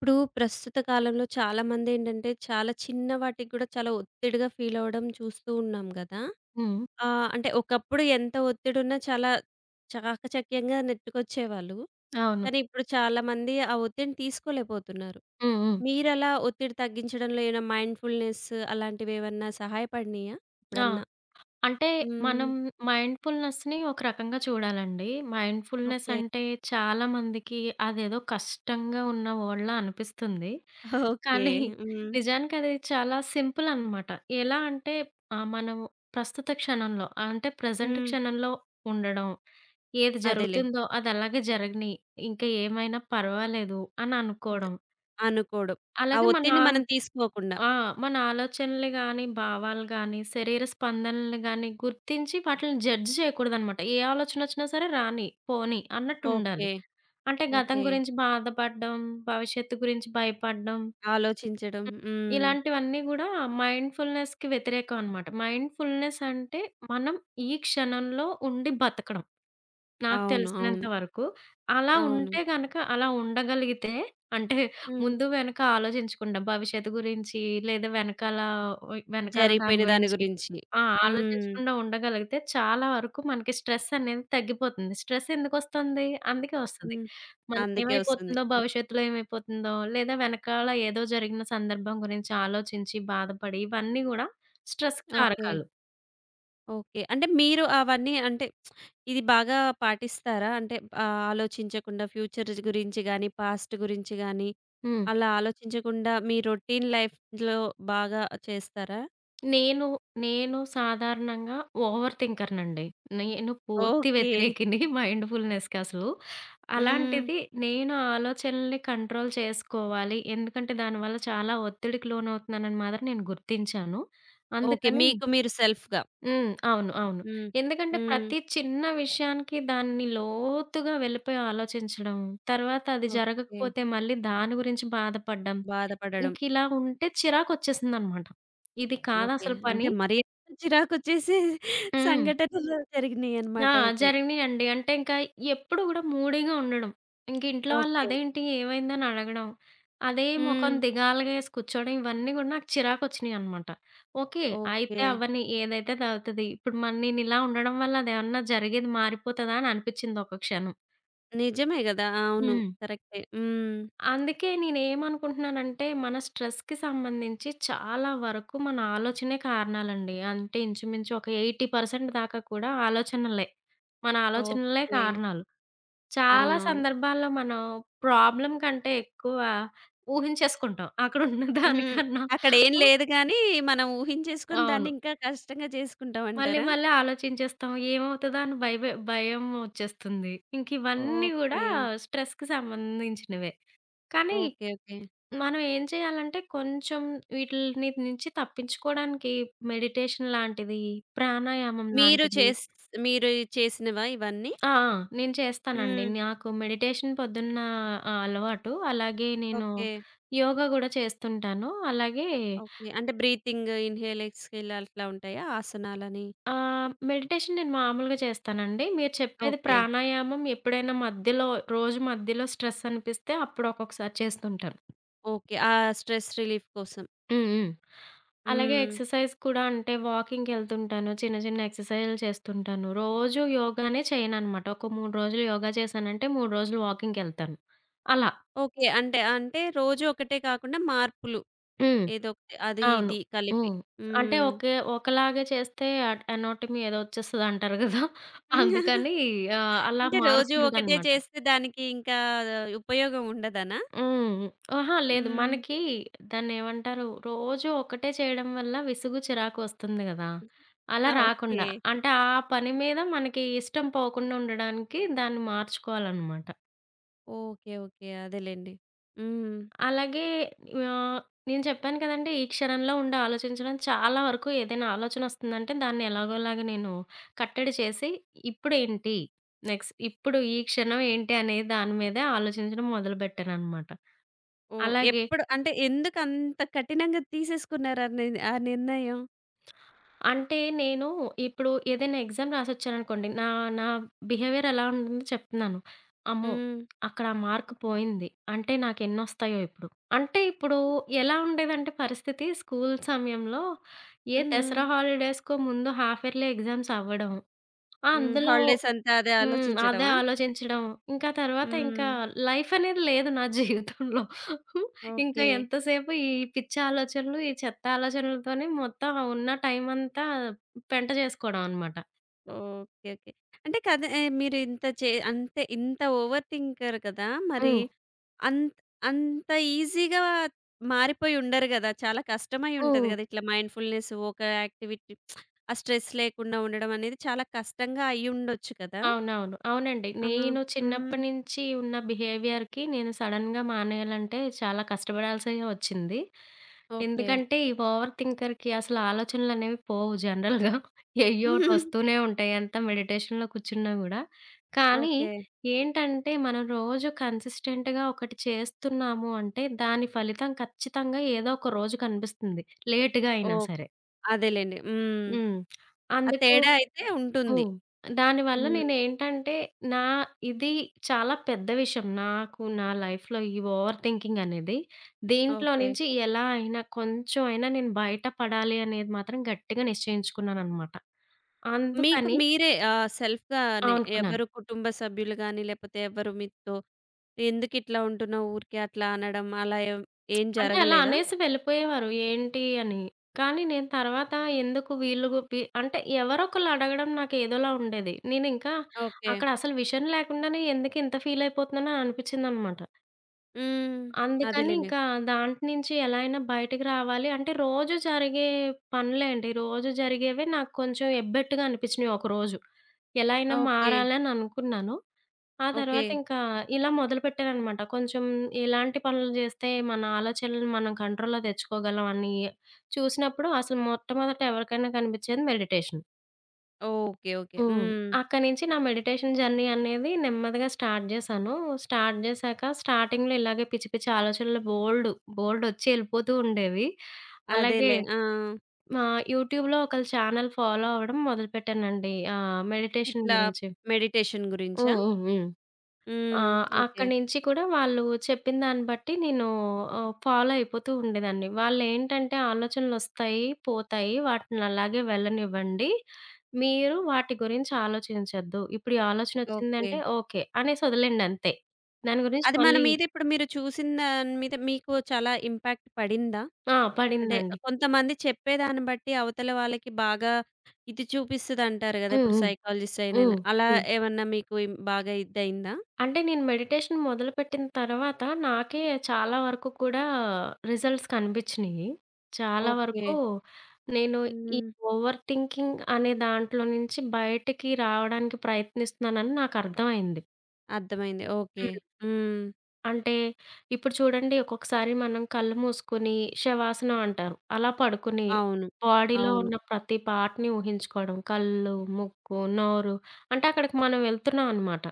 ఇప్పుడు ప్రస్తుత కాలంలో చాలామందేంటంటే, చాలా చిన్న వాటికి గూడా చాలా ఒత్తిడిగా ఫీలవ్వడం చూస్తూ ఉన్నాం గదా! హ్మ్. అంటే ఒకప్పుడు ఎంత ఒత్తిడున్నా చాలా చాకచక్యంగా నెట్టుకొచ్చేవాళ్ళు. అవును. కానీ ఇప్పుడు చాలామంది ఆ ఒత్తిడిని తీసుకోలేకపోతున్నారు. హ్మ్. హ్మ్. మీరలా ఒత్తిడి తగ్గించడంలో ఏమైనా మైండ్‌ఫుల్‌నెస్ అలాంటివేవన్నా సహాయపడినియా ఆ! ఎప్పుడన్నా? అంటే మనం హ్మ్. మైండ్‌ఫుల్‌నెస్‌ని ఒక రకంగా చూడాలండి. Mindfulness okay. అంటే చాలా మందికి అదేదో కష్టంగా ఉన్న ఓళ్ళ అనిపిస్తుంది. ఓకే. కానీ హ్మ్. నిజానికి అది చాలా సింపుల్ అన్నమాట. ఎలా అంటే మనం ప్రస్తుత క్షణంలో అంటే ప్రెజెంట్ హ్మ్. క్షణంలో ఉండడం. ఏది అదేలే. జరుగుతుందో అది అలాగే జరగని. ఇంకా ఏమైనా పర్వాలేదు అని ద అనుకోవడం. అనుకోవడం. ఆ అలాగే మన ఒత్తిడిని మనం తీసుకోకుండా. ఆ! మన ఆలోచనలు గాని, భావాలు గాని, శరీర స్పందనలు గాని గుర్తించి వాటిల్ని జడ్జ్ చేయకూడదనమాట. ఏ ఆలోచనొచ్చినా సరే రాని, పోని అన్నట్టుండాలి. ఓకే. అంటే గతం ఓకే. గురించి బాధపడడం, భవిష్యత్తు గురించి భయపడడం ఆలోచించడం. హ్మ్. ఇలాంటివన్నీ గూడా మైండ్‌ఫుల్‌నెస్‌కి వ్యతిరేకం అనమాట. మైండ్‌ఫుల్‌నెస్ అంటే మనం ఈ క్షణంలో ఉండి బతకడం. నాకు అవును. తెలిసినంత అవును. వరకు. అలా అవును. ఉంటే గనక అలా ఉండగలిగితే అంటే హ్మ్. ముందు వెనక ఆలోచించకుండా భవిష్యత్తు గురించి లేదా వెనకాల ఓయ్ వెనకాల దాని జరిగిపోయిన దాని గురించి గురించి. ఆ! హ్మ్. ఆలోచించకుండా ఉండగలిగితే చాలా వరకు మనకి స్ట్రెస్ అనేది తగ్గిపోతుంది. స్ట్రెస్ ఎందుకొస్తుంది? అందుకే వస్తది. హ్మ్. అందుకే వస్తుంది. మనకేమైపోతుందో, భవిష్యత్తులో ఏమైపోతుందో లేదా వెనకాల ఏదో జరిగిన సందర్భం గురించి ఆలోచించి బాధపడి ఇవన్నీ గూడా స్ట్రెస్ ఓకే. కారకాలు. ఓకే. అంటే మీరు అవన్నీ అంటే ఇది బాగా పాటిస్తారా? అంటే ఆలోచించకుండా ఫ్యూచర్ గురించి గాని, పాస్ట్ గురించి గాని హ్మ్. అలా ఆలోచించకుండా మీ రొటీన్ లైఫ్‌లో బాగా చేస్తారా? నేను, నేను సాధారణంగా ఓవర్ థింకర్‌నండి. నేను పూర్తి ఓకే. వ్యతిరేకిని మైండ్‌ఫుల్‌నెస్‌కి అసలు. హ్మ్. అలాంటిది నేను ఆలోచనల్ని కంట్రోల్ చేసుకోవాలి. ఎందుకంటే దానివల్ల చాలా ఒత్తిడికి లోనవుతున్నానని మాత్రం నేను గుర్తించాను. ఓకే. అందుకని మీకు మీరు సెల్ఫ్‌గా. హ్మ్. అవును. అవును. హ్మ్. ఎందుకంటే హ్మ్. ప్రతి చిన్న విషయానికి దాన్ని లోతుగా వెళ్ళిపోయి ఆలోచించడం, తర్వాత అది ఓకే. జరగకపోతే మళ్ళీ దాని గురించి బాధపడ్డం, బాధపడడం. ఇంకిలా ఉంటే చిరాకొచ్చేసిందనమాట. ఇది ఓకే. కాదసలు అంటే పని. మరీ అంత చిరాకొచ్చేసే హ్మ్. సంఘటనలు ఆ! జరిగినియన్నమాట అయితే. జరిగినియండి. అంటే ఇంకా ఎప్పుడు గూడా మూడీగా ఉండడం. ఇంక ఇంట్లో వాళ్ళు ఓకే. అదేంటి ఏమైందని అడగడం, అదే మొఖం హ్మ్. దిగాలుగా ఏసి కూర్చోవడం ఇవన్నీ గూడా నాకు చిరాకొచ్చినియనమాట. ఓకే. ఓకే. అయితే అవ్వని, ఏదైతే దవుతది. ఇప్పుడు మరి నేనిలా ఉండడం వల్ల అదేమన్నా జరిగేది మారిపోతదా అని అనిపిచ్చిందొక క్షణం. నిజమే గదా! అవును. హ్మ్. కరెక్టే. హ్మ్. అందుకే నేనేమనుకుంటున్నానంటే, మన స్ట్రెస్‌కి సంబంధించి చాలా వరకు మన ఆలోచనే కారణాలండి. అంటే ఇంచుమించు ఒక 80% దాకా కూడా ఆలోచనలే. మన ఆలోచనలే ఓకే. కారణాలు. చాలా అవునవును. సందర్భాల్లో మనం ప్రాబ్లమ్ కంటే ఎక్కువ ఊహించేసుకుంటాం. అక్కడున్న హ్మ్. దానికన్నా. అక్కడేం హ్మ్. లేదు గానీ, మనం ఊహించేసుకొని దాన్ని అవును. ఇంకా కష్టంగా మళ్ళీ చేసుకుంటామంటారా? మళ్ళీ ఆలోచించేస్తాం. ఏమవుతదా అని భయవే భయం ఒచ్చేస్తుంది. ఇంకివన్నీ గూడా ఓకే. స్ట్రెస్‌కి సంబంధించినవే. కానీ ఓకే. ఓకే. మనం ఏం చేయాలంటే కొంచెం వీటిని నుంచి తప్పించుకోవడానికి మెడిటేషన్ లాంటిది, ప్రాణాయామం మీరు లాంటిది. చేస్ మీరు చేసినవా ఇవన్నీ? ఆ! నేను చేస్తానండి. హ్మ్. నాకు మెడిటేషన్ పొద్దున్న అలవాటు. అలాగే నేను ఓకే. యోగా గూడా చేస్తుంటాను. అలాగే ఓకే. అంటే బ్రీతింగ్, ఇన్‌హేల్, ఎక్స్‌హేల్ అట్లా ఉంటాయా ఆసనాలని? మెడిటేషన్ నేను మామూలుగా చేస్తానండి. మీరు చెప్పేది ఓకే. ప్రాణాయామం ఎప్పుడైనా మధ్యలో రోజు మధ్యలో స్ట్రెస్ అనిపిస్తే అప్పుడు ఒక్కొక్కసారి చేస్తుంటాను. ఓకే. ఆ స్ట్రెస్ రిలీఫ్ కోసం. హ్మ్. హ్మ్. అలాగే హ్మ్. ఎక్సర్సైజ్ కూడా అంటే వాకింగ్‌కెళ్తుంటాను. చిన్న చిన్న ఎక్సర్సైజ్‌లు చేస్తుంటాను. రోజు యోగానే చేయననమాట. ఒక 3 రోజులు యోగా చేశానంటే 3 రోజులు వాకింగ్‌కెళ్తాను. అలా. ఓకే. అంటే, అంటే రోజు ఒకటే కాకుండా మార్పులు హ్మ్. ఏదో ఒకటి అది అవును. ఇది కలిపి. హ్మ్. అంటే హ్మ్. ఒకే ఒకలాగే చేస్తే అట్ ఎనాటమీ ఏదో వచ్చేస్తది అంటారు కదా! అందుకని అలా అంటే రోజు ఒకటే మారుస్తుంటనమాట. చేస్తే దానికి ఇంకా ఉపయోగం ఉండదనా? హ్మ్. అహా! లేదు. హ్మ్. మనకి దాన్నేమంటారు? రోజు ఒకటే చేయడం వల్ల విసుగు, చిరాకు వస్తుంది గదా! అలా ఓకే. రాకుండా అంటే ఆ పని మీద మనకి ఇష్టం పోకుండా ఉండడానికి దాన్ని మార్చుకోవాలనమాట. ఓకే. ఓకే. అదేలెండి. హ్మ్. అలాగే ఆహ్, నేను చెప్పాను కదండీ! ఈ క్షణంలో ఉండి ఆలోచించడం చాలా వరకు ఏదైనా ఆలోచనొస్తుందంటే దాన్ని ఎలాగోలాగా నేను కట్టడి చేసి ఇప్పుడేంటి? నెక్స్ట్ ఇప్పుడు ఈ క్షణం ఏంటి? అనే దాని మీదే ఆలోచించడం మొదలుపెట్టాననమాట. ఓహ్! అలాగే ఎప్పుడు అంటే ఎందుకంత కఠినంగా తీసేసుకున్నారు ఆ నిర్ణయం? అంటే నేను ఇప్పుడు ఏదైనా ఎగ్జామ్ రాసొచ్చాననుకోండి, నా నా బిహేవియర్ ఎలా ఉంటుందో చెప్తున్నాను. అమ్మో! హ్మ్. అక్కడ ఆ మార్క్ పోయింది. అంటే నాకెన్నొస్తాయో ఇప్పుడు. అంటే ఇప్పుడు ఎలా ఉండేదంటే పరిస్థితి స్కూల్ సమయంలో ఏ హ్మ్. దసరా హాలిడేస్‌కో ముందు హాఫ్ ఇయర్లీ ఎగ్జామ్స్ అవ్వడం. ఆ హ్మ్. అందులో హాలిడేస్ అంతా అదే హ్మ్. అదే ఆలోచించడమా? ఆలోచించడం. ఇంకా తర్వాత హ్మ్. ఇంకా లైఫ్ అనేది లేదు నా జీవితంలో. ఇంకా ఓకే. ఎంతసేపు ఈ పిచ్చి ఆలోచనలు, ఈ చెత్త ఆలోచనలతోనే మొత్తం ఉన్న టైమంతా పెంట జేసుకోవడం అనమాట. ఓకే. ఓకే. అంటే కథ మీరు ఇంత చే అంతే ఇంత ఓవర్ థింకర్ కదా! మరి హ్మ్. అంత్ అంత ఈజీగా మారిపోయి ఉండరు గదా! చాలా కష్టమై ఉంటది హ్మ్. గదా! ఇట్లా మైండ్‌ఫుల్‌నెస్ ఒక యాక్టివిటీ ఆ స్ట్రెస్ లేకుండా ఉండడం అనేది చాలా కష్టంగా అయ్యుండొచ్చు కదా! అవునవును. అవునండి. ఆ! నేను హ్మ్. చిన్నప్పటి నుంచి ఉన్న బిహేవియర్‌కి నేను సడెన్‌గా మానేయాలంటే చాలా కష్టపడాల్సిగా వచ్చింది. ఓకే. ఎందుకంటే ఈ ఓవర్ థింకర్‌కి అసలు ఆలోచనలనేవి పోవు జనరల్‌గా. ఎయ్యోటి వస్తూనే ఉంటాయి. ఎంత మెడిటేషన్‌లో కూర్చున్నా గూడా. కానీ ఓకే. ఏంటంటే మనం రోజు కన్సిస్టెంట్‌గా ఒకటి చేస్తున్నాము అంటే దాని ఫలితం ఖచ్చితంగా ఏదో ఒక రోజు కనిపిస్తుంది. లేట్‌గా అయినా ఓహ్! సరే. అదేలెండి. హ్మ్. హ్మ్. ఆ అందుకు తేడా అయితే ఉంటుంది. హ్మ్. దానివల్ల హ్మ్. నేనేంటంటే, నా ఇది చాలా పెద్ద విషయం. నాకు నా లైఫ్‌లో ఈ ఓవర్ థింకింగ్ అనేది. దీంట్లో ఓకే. నుంచి ఎలా అయినా కొంచెం అయినా నేను బయటపడాలి అనేది మాత్రం గట్టిగా నిశ్చయించుకున్నాననమాట. మీకు అందుకని మీరే ఆ! సెల్ఫ్‌గానే అనుకున్నాను. ఎవరు కుటుంబ సభ్యులు గాని, లేపోతే ఎవరు మీతో ఎందుకిట్లా ఉంటున్నావు ఊరికే అట్లా అనడం అలా ఏం ఏం అంటే అలా జరగలేదా? అనేసి వెళ్ళిపోయేవారు ఏంటి అని. కానీ నేను తర్వాత ఎందుకు వీళ్ళు గు వి అంటే ఎవరొకళ్ళు అడగడం నాకేదోలా ఉండేది. నేనింకా ఓకే. అక్కడ అసలు విషయం లేకుండానే ఎందుకింత ఫీలయిపోతున్నానో అనిపిచ్చిందనమాట. హ్మ్. అందుకని అదేలెండి. ఇంకా దాంటి నుంచి ఎలా అయినా బయటకి రావాలి. అంటే రోజు జరిగే పనులే అండి. రోజు జరిగేవే నాకు కొంచెం ఎబ్బెట్టుగా అనిపించినయి ఒకరోజు. ఎలా అయినా ఓకే. మారాలని అనుకున్నాను. ఆ ఓకే. తర్వాత ఇంకా ఇలా మొదలుపెట్టాననమాట. కొంచెం ఎలాంటి పనులు జేస్తే మన ఆలోచనలను మనం కంట్రోల్‌లో తెచ్చుకోగలం అని చూసినప్పుడు అసలు మొట్టమొదట ఎవరికైనా కనిపించేది మెడిటేషన్. ఓకే. ఓకే. హ్మ్. హ్మ్. అక్కడి నుంచి నా మెడిటేషన్ జర్నీ అనేది నెమ్మదిగా స్టార్ట్ జేశాను. స్టార్ట్ జేశాక స్టార్టింగ్‌లో ఇలాగే పిచ్చి పిచ్చి ఆలోచనలు బోలెడు, బోలెడొచ్చి ఎళ్ళిపోతూ ఉండేవి. అలాగే అదేలే. ఆ! మా యూట్యూబ్‌లో ఒకళ్ళ ఛానెల్ ఫాలో అవ్వడం మొదలుపెట్టానండి. మెడిటేషన్ ఇట్లా గురించి. మెడిటేషన్ హ్మ్. గురించా? హ్మ్. హ్మ్. ఆ! హ్మ్. ఓకే. అక్కడి నుంచి కూడా వాళ్ళు చెప్పిన దాన్ని బట్టి నేను ఫాలో అయిపోతూ ఉండేదాన్ని. వాళ్ళేంటంటే ఆలోచనలొస్తాయి, పోతాయి. వాటిని అలాగే వెళ్ళనివ్వండి. మీరు వాటి గురించి ఆలోచించొద్దు. ఇప్పుడు ఈ ఓకే. ఆలోచనొచ్చిందంటే ఓకే. అనేసి వదిలేయండి అంతే. దాని గురించి అది మన మళ్ళీ మీద ఇప్పుడు మీరు చూసిన దాని మీద మీకు చాలా ఇంపాక్ట్ పడిందా? ఆ! అంటే పడిందండి. కొంతమంది చెప్పేదాన్ని బట్టి అవతల వాళ్ళకి బాగా ఇది చూపిస్తదంటారు గదా! హ్మ్. ఇప్పుడు హ్మ్. సైకాలజిస్ట్ అయినను. హ్మ్. అలా హ్మ్. ఏమన్నా మీకు బాగా ఇదయిందా? అంటే నేను మెడిటేషన్ మొదలుపెట్టిన తర్వాత నాకే చాలా వరకు కూడా రిజల్ట్స్ కనిపించినియి. చాలా ఓకే. వరకు నేను ఈ హ్మ్. ఓవర్ థింకింగ్ అనే దాంట్లో నుంచి బయటికి రావడానికి ప్రయత్నిస్తున్నానని నాకర్థమైంది. అర్థమైంది. ఓకే. హ్మ్. హ్మ్. అంటే ఇప్పుడు చూడండి ఒక్కొక్కసారి మనం కళ్ళు మూసుకొని శవాసనం అంటారు. అలా పడుకుని అవును. బాడీలో అవును. ఉన్న ప్రతి పార్ట్‌ని ఊహించుకోవడం. కళ్ళు, ముక్కు, నోరు అంటే అక్కడికి మనం వెళ్తున్నాం అనమాట.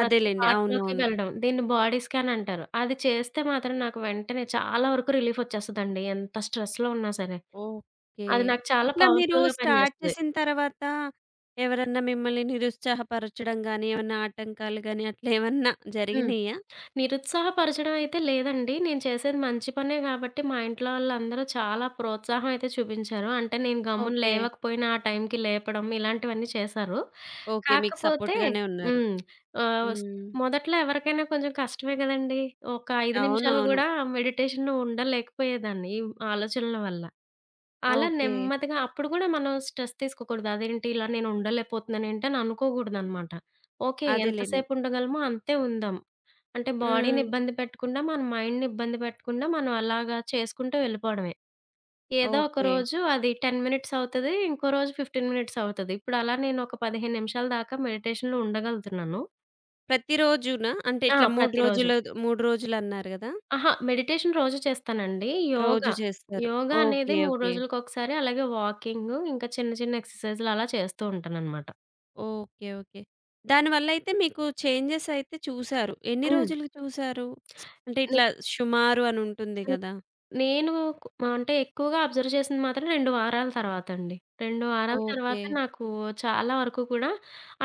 ప్రతి పార్ట్‌లోకి అవునవును. వెళ్ళడం. దీన్ని బాడీ స్కాన్ అంటారు. అది చేస్తే మాత్రం నాకు వెంటనే చాలా వరకు రిలీఫ్ వచ్చేస్తదండి. ఎంత స్ట్రెస్‌లో ఉన్నా సరే. ఓకే. అది నాకు చాలా ఇట్లా మీరు పవర్‌ఫుల్‌గా స్టార్ట్ పనిచేస్తది. చేసిన తర్వాత ఎవరన్నా మిమ్మల్ని నిరుత్సాహపరచడం గానీ, ఏమన్నా ఆటంకాలు గానీ అట్లా ఏమన్నా హ్మ్. జరిగినియ్యా? నిరుత్సాహపరచడం అయితే లేదండి. నేను చేసేది మంచి పనే గాబట్టి, మా ఇంట్లో వాళ్ళందరూ చాలా ప్రోత్సాహం అయితే చూపించారు. అంటే నేను గమ్మున ఓకే. లేవకపోయినా ఆ టైంకి లేపడం ఇలాంటివన్నీ చేశారు. ఓకే. మీకు కాకపోతే సపోర్ట్‌గానే ఉన్నారు. హ్మ్. ఆహ్, స్ హ్మ్. మొదట్లో ఎవరికైనా కొంచెం కష్టమే గదండీ! ఒక 5 నిమిషాలు అవునవును. గూడా మెడిటేషన్ ఉండలేకపోయేదాన్ని ఈ ఆలోచనల వల్ల. అలా ఓకే. నెమ్మదిగా అప్పుడు గూడా మనం స్ట్రెస్ తీసుకోకూడదు. అదేంటి ఇలా నేను ఉండలేకపోతున్నానేంటి అని అనుకోకూడదనమాట. ఓకే. అదేలెండి. ఎంతసేపు ఉండగలమో అంతే ఉందాం. అంటే బాడీని హ్మ్. ఇబ్బంది పెట్టకుండా, మన మైండ్‌ని ఇబ్బంది పెట్టకుండా, మనం అలాగా చేసుకుంటూ వెళ్ళిపోవడమే. ఏదో ఒక ఓకే. రోజు అది 10 మినిట్స్ అవుతది. ఇంకో రోజు 15 మినిట్స్ అవుతది. ఇప్పుడు అలా నేను ఒక 15 నిమిషాల దాకా మెడిటేషన్‌లో ఉండగలుగుతున్నాను. ప్రతిరోజునా? అంటే ఆ! ఇట్లా 3 ప్రతిరోజు. రోజులు 3 రోజులన్నారు గదా! అహా! మెడిటేషన్ రోజు చేస్తానండి. రోజు యోగా, చేస్తారు. యోగా అనేది ఓకే. 3 ఓకే. రోజులకొకసారి అలాగే వాకింగు, ఇంకా చిన్న చిన్న ఎక్సర్‌సైజ్‌లు అలా చేస్తూ ఉంటాననమాట. ఓకే. ఓకే. దానివల్లయితే మీకు చేంజెస్ అయితే చూసారు. ఎన్ని హ్మ్. రోజులు చూసారు? అంటే ఇట్లా షుమారు అనుంటుంది ని గదా! నేను కు మా- అంటే ఎక్కువగా అబ్జర్వ్ చేసింది మాత్రం 2 వారాల తర్వాతండి. 2 వారాల ఓకే. తర్వాత నాకు చాలా వరకు కూడా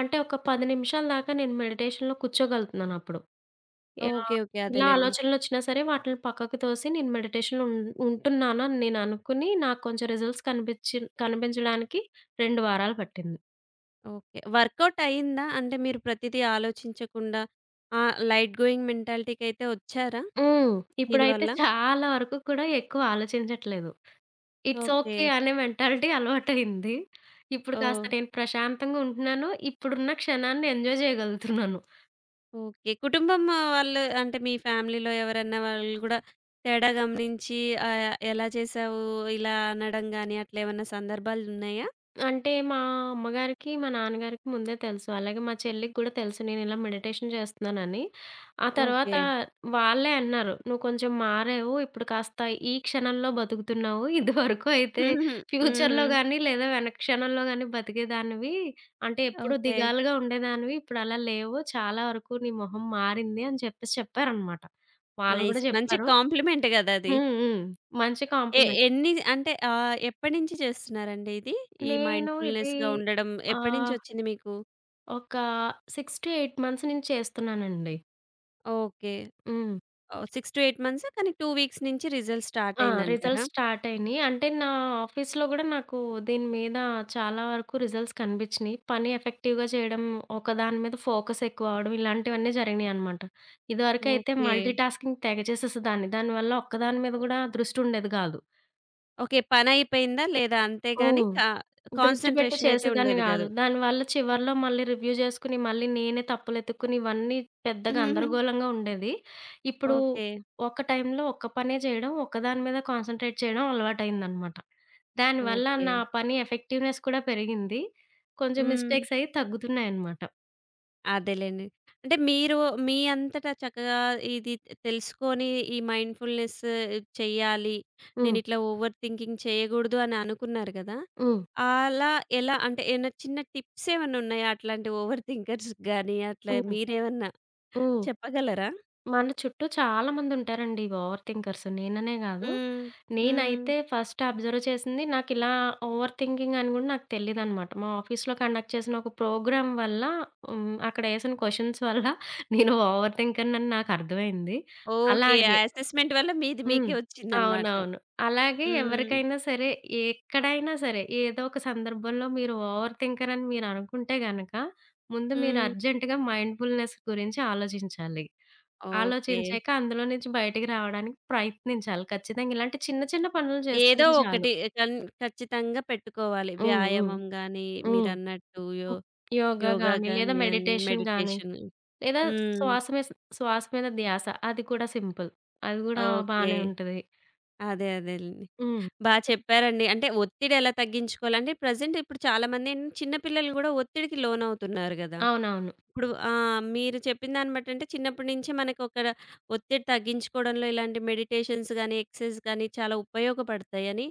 అంటే ఒక 10 నిమిషాల దాకా నేను మెడిటేషన్‌లో కూర్చోగలుగుతున్నానప్పుడు. యాహ్! ఓకే. ఓకే. ఇలా అదేలెండి. ఆలోచనలొచ్చినా సరే వాటిని పక్కకు తోసి నేను మెడిటేషన్‌లో ఉంటున్నాను అని నేను అనుకుని నాకు కొంచెం రిజల్ట్స్ కనిపించడానికి 2 వారాలు పట్టింది. ఓకే. వర్కౌట్ అయిందా? అంటే మీరు ప్రతిదీ ఆలోచించకుండా ఆ లైట్ గోయింగ్ మెంటాలిటీకైతే వచ్చారా హ్మ్. ఇప్పుడైతే దీనివల్ల? చాలా వరకు కూడా ఎక్కువ ఆలోచించట్లేదు. It's okay. ఓకే అనే మెంటాలిటీ అలవాటయింది. ఇప్పుడు కాస్త ఓహ్! నేను ప్రశాంతంగా ఉంటున్నాను. ఇప్పుడున్న క్షణాన్ని ఎంజాయ్ చేయగలుగుతున్నాను. ఓకే. కుటుంబం ఆ, వాళ్ళు అంటే మీ ఫ్యామిలీలో ఎవరన్నా వాళ్ళు గూడా తేడా గమనించి ఎలా చేశావు ఇలా అనడం గాని అట్లేమన్నా సందర్భాలున్నాయా? అంటే మా అమ్మగారికి, మా నాన్నగారికి ముందే తెలుసు. అలాగే మా చెల్లికి కూడా తెలుసు నేనిలా మెడిటేషన్ చేస్తున్నానని. ఆ తర్వాత ఓకే. వాళ్ళే అన్నారు, "నువ్వు కొంచెం మారావు. ఇప్పుడు కాస్త ఈ క్షణంలో బతుకుతున్నావు. ఇదివరకు అయితే హుహు. ఫ్యూచర్‌లో హ్మ్. గాని, లేదా వెనక క్షణంలో గాని బతికేదానివి. అంటే ఎప్పుడూ ఓకే. దిగాలుగా ఉండేదానివి. ఇప్పుడు అలా లేవు. చాలా వరకు నీ మొహం మారింది" అని చెప్పేసి చెప్పారనమాట. వాళ్ళు నైస్. గూడా మంచి చెప్పారు. కాంప్లిమెంట్ గదా! అది. హ్మ్. హ్మ్. మంచి కాంప్లిమెంట్. ఎన్ని అంటే ఎప్పటినుంచి చేస్తున్నారండి ఇది? ఈ నేను ఇది మైండ్‌ఫుల్‌నెస్‌గా ఉండడం ఆహ్ ఎప్పటినుంచొచ్చింది మీకు? ఒక 6-8 మంత్స్ నుంచి చేస్తున్నానండి. ఓకే. హ్మ్. ఓహ్! 6-8 మంత్స్ కానీ 2 వీక్స్ నుంచి రిజల్ట్ స్టార్ట్ ఆ! అయిందంటారా? రిజల్ట్స్ స్టార్ట్ అయినియి. అంటే నా ఆఫీస్‌లో గూడా నాకు దీని మీద చాలా వరకు రిజల్ట్స్ కనిపించినియి. పని ఎఫెక్టివ్‌గా చేయడం, ఒక దాని మీద ఫోకస్ ఎక్కువ అవ్వడం ఇలాంటివన్నీ జరిగినియనమాట. ఇదివరకైతే ఓకే. మల్టీ టాస్కింగ్ తెగ చేసేసేదాన్ని. దానివల్ల ఒక్కదాని మీద గూడా దృష్టి ఉండేది గాదు. ఓకే. పనయిపోయిందా? లేదా? అంతే గాని హ్మ్. దృష్టి పెట్టి కాన్సంట్రేషన్ అయితే చేసేదాన్ని ఉండేది గాదు. గాదు. దానివల్ల చివర్లో మళ్ళీ రివ్యూ జేసుకొని, మళ్ళీ నేనే తప్పులెతుక్కుని ఇవన్నీ పెద్ద గందరగోళంగా ఉండేది. ఇప్పుడు ఓకే. ఒక టైంలో ఒక్క పనే జేయడం, ఒక్కదాని మీద కాన్సంట్రేట్ చేయడం అలవాటయిందనమాట. దానివల్ల ఓకే. నా పని ఎఫెక్టివ్‌నెస్ కూడా పెరిగింది. కొంచెం హ్మ్. మిస్టేక్స్ అయ్యి తగ్గుతున్నాయనమాట. అదేలెండి. అంటే మీరు మీ అంతటా చక్కగా ఇది తెలుసుకొని ఈ మైండ్‌ఫుల్‌నెస్ చెయ్యాలి. హ్మ్. నేనిట్లా ఓవర్ థింకింగ్ చేయగూడదు అని అనుకున్నారు గదా! హ్మ్. అలా ఎలా అంటే ఏమన్నా చిన్న టిప్స్ ఏమన్నా ఉన్నాయా? అట్లాంటి ఓవర్ థింకర్స్ గాని అట్లా హ్మ్. మీరేమన్నా హ్మ్. చెప్పగలరా? మన చుట్టూ చాలా మందుంటారండి ఓవర్ థింకర్స్. నేననే గాదు. హ్మ్. హ్మ్. నేనైతే ఫస్ట్ అబ్జర్వ్ చేసింది నాకిలా ఓవర్ థింకింగ్ అని గూడా నాకు తెలీదనమాట. మా ఆఫీస్‌లో కండక్ట్ చేసిన ఒక ప్రోగ్రామ్ వల్ల హ్మ్. అక్కడేసిన క్వెషన్స్ వల్ల నేను ఓవర్ థింకర్‌నని నాకు అర్థమైంది. ఓకే. ఆ అలాగే అసెస్‌మెంట్ వల్ల మీది హ్మ్. మీకే ఒచ్చిందనమాట. అవునవును. అలాగే హ్మ్. ఎవరికైనా సరే, ఎక్కడైనా సరే, ఏదో ఒక సందర్భంలో మీరు ఓవర్ థింకర్ అని మీరనుకుంటే గనక, ముందు మీరు హ్మ్. అర్జెంట్‌గా మైండ్‌ఫుల్‌నెస్ గురించి ఆలోచించాలి. ఓకే. ఆలోచించాక అందులో నుంచి బయటికి రావడానికి ప్రయత్నించాలి. ఖచ్చితంగా ఇలాంటి చిన్న చిన్న పనులు ఏదో చేసుకుంటే చాలు. ఒకటి కన్ ఖచ్చితంగా పెట్టుకోవాలి. హ్మ్. హ్మ్. వ్యాయామం గాని, హ్మ్. మీరన్నట్టు హ్మ్. యోగా యోగా గాని, లేదా గాని అని మెడిటేషన్ గాని, మెడిటేషన్. లేదా హ్మ్. శ్వాస మీస్ శ్వాస మీద ధ్యాస అది కూడా సింపుల్. అది గూడా ఓకే. బానే ఉంటది. అదే అదేలెండి. హ్మ్. చెప్పారండి. అంటే ఒత్తిడి ఎలా తగ్గించుకోవాలి అంటే ప్రెజెంట్ ఇప్పుడు చాలామంది చిన్న పిల్లలు గూడా ఒత్తిడికి లోనవుతున్నారు గదా! అవునవును. ఇప్పుడు మీరు చెప్పిన దాన్ని బట్టి అంటే చిన్నప్పటి నుంచే మనకొక ఒత్తిడి తగ్గించుకోవడంలో ఇలాంటి మెడిటేషన్స్ గాని, ఎక్సర్‌సైజ్ గాని చాలా ఉపయోగపడతాయని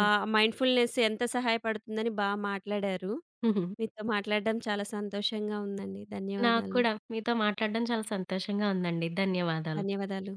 మైండ్‌ఫుల్‌నెస్ ఎంత సహాయపడుతుందని మాట్లాడారు. హ్మ్. మీతో మాట్లాడడం చాలా సంతోషంగా ఉందండి. నాకు ధన్యవాదాలు. కూడా మీతో మాట్లాడడం చాలా సంతోషంగా ఉందండి. ధన్యవాదాలు. ధన్యవాదాలు.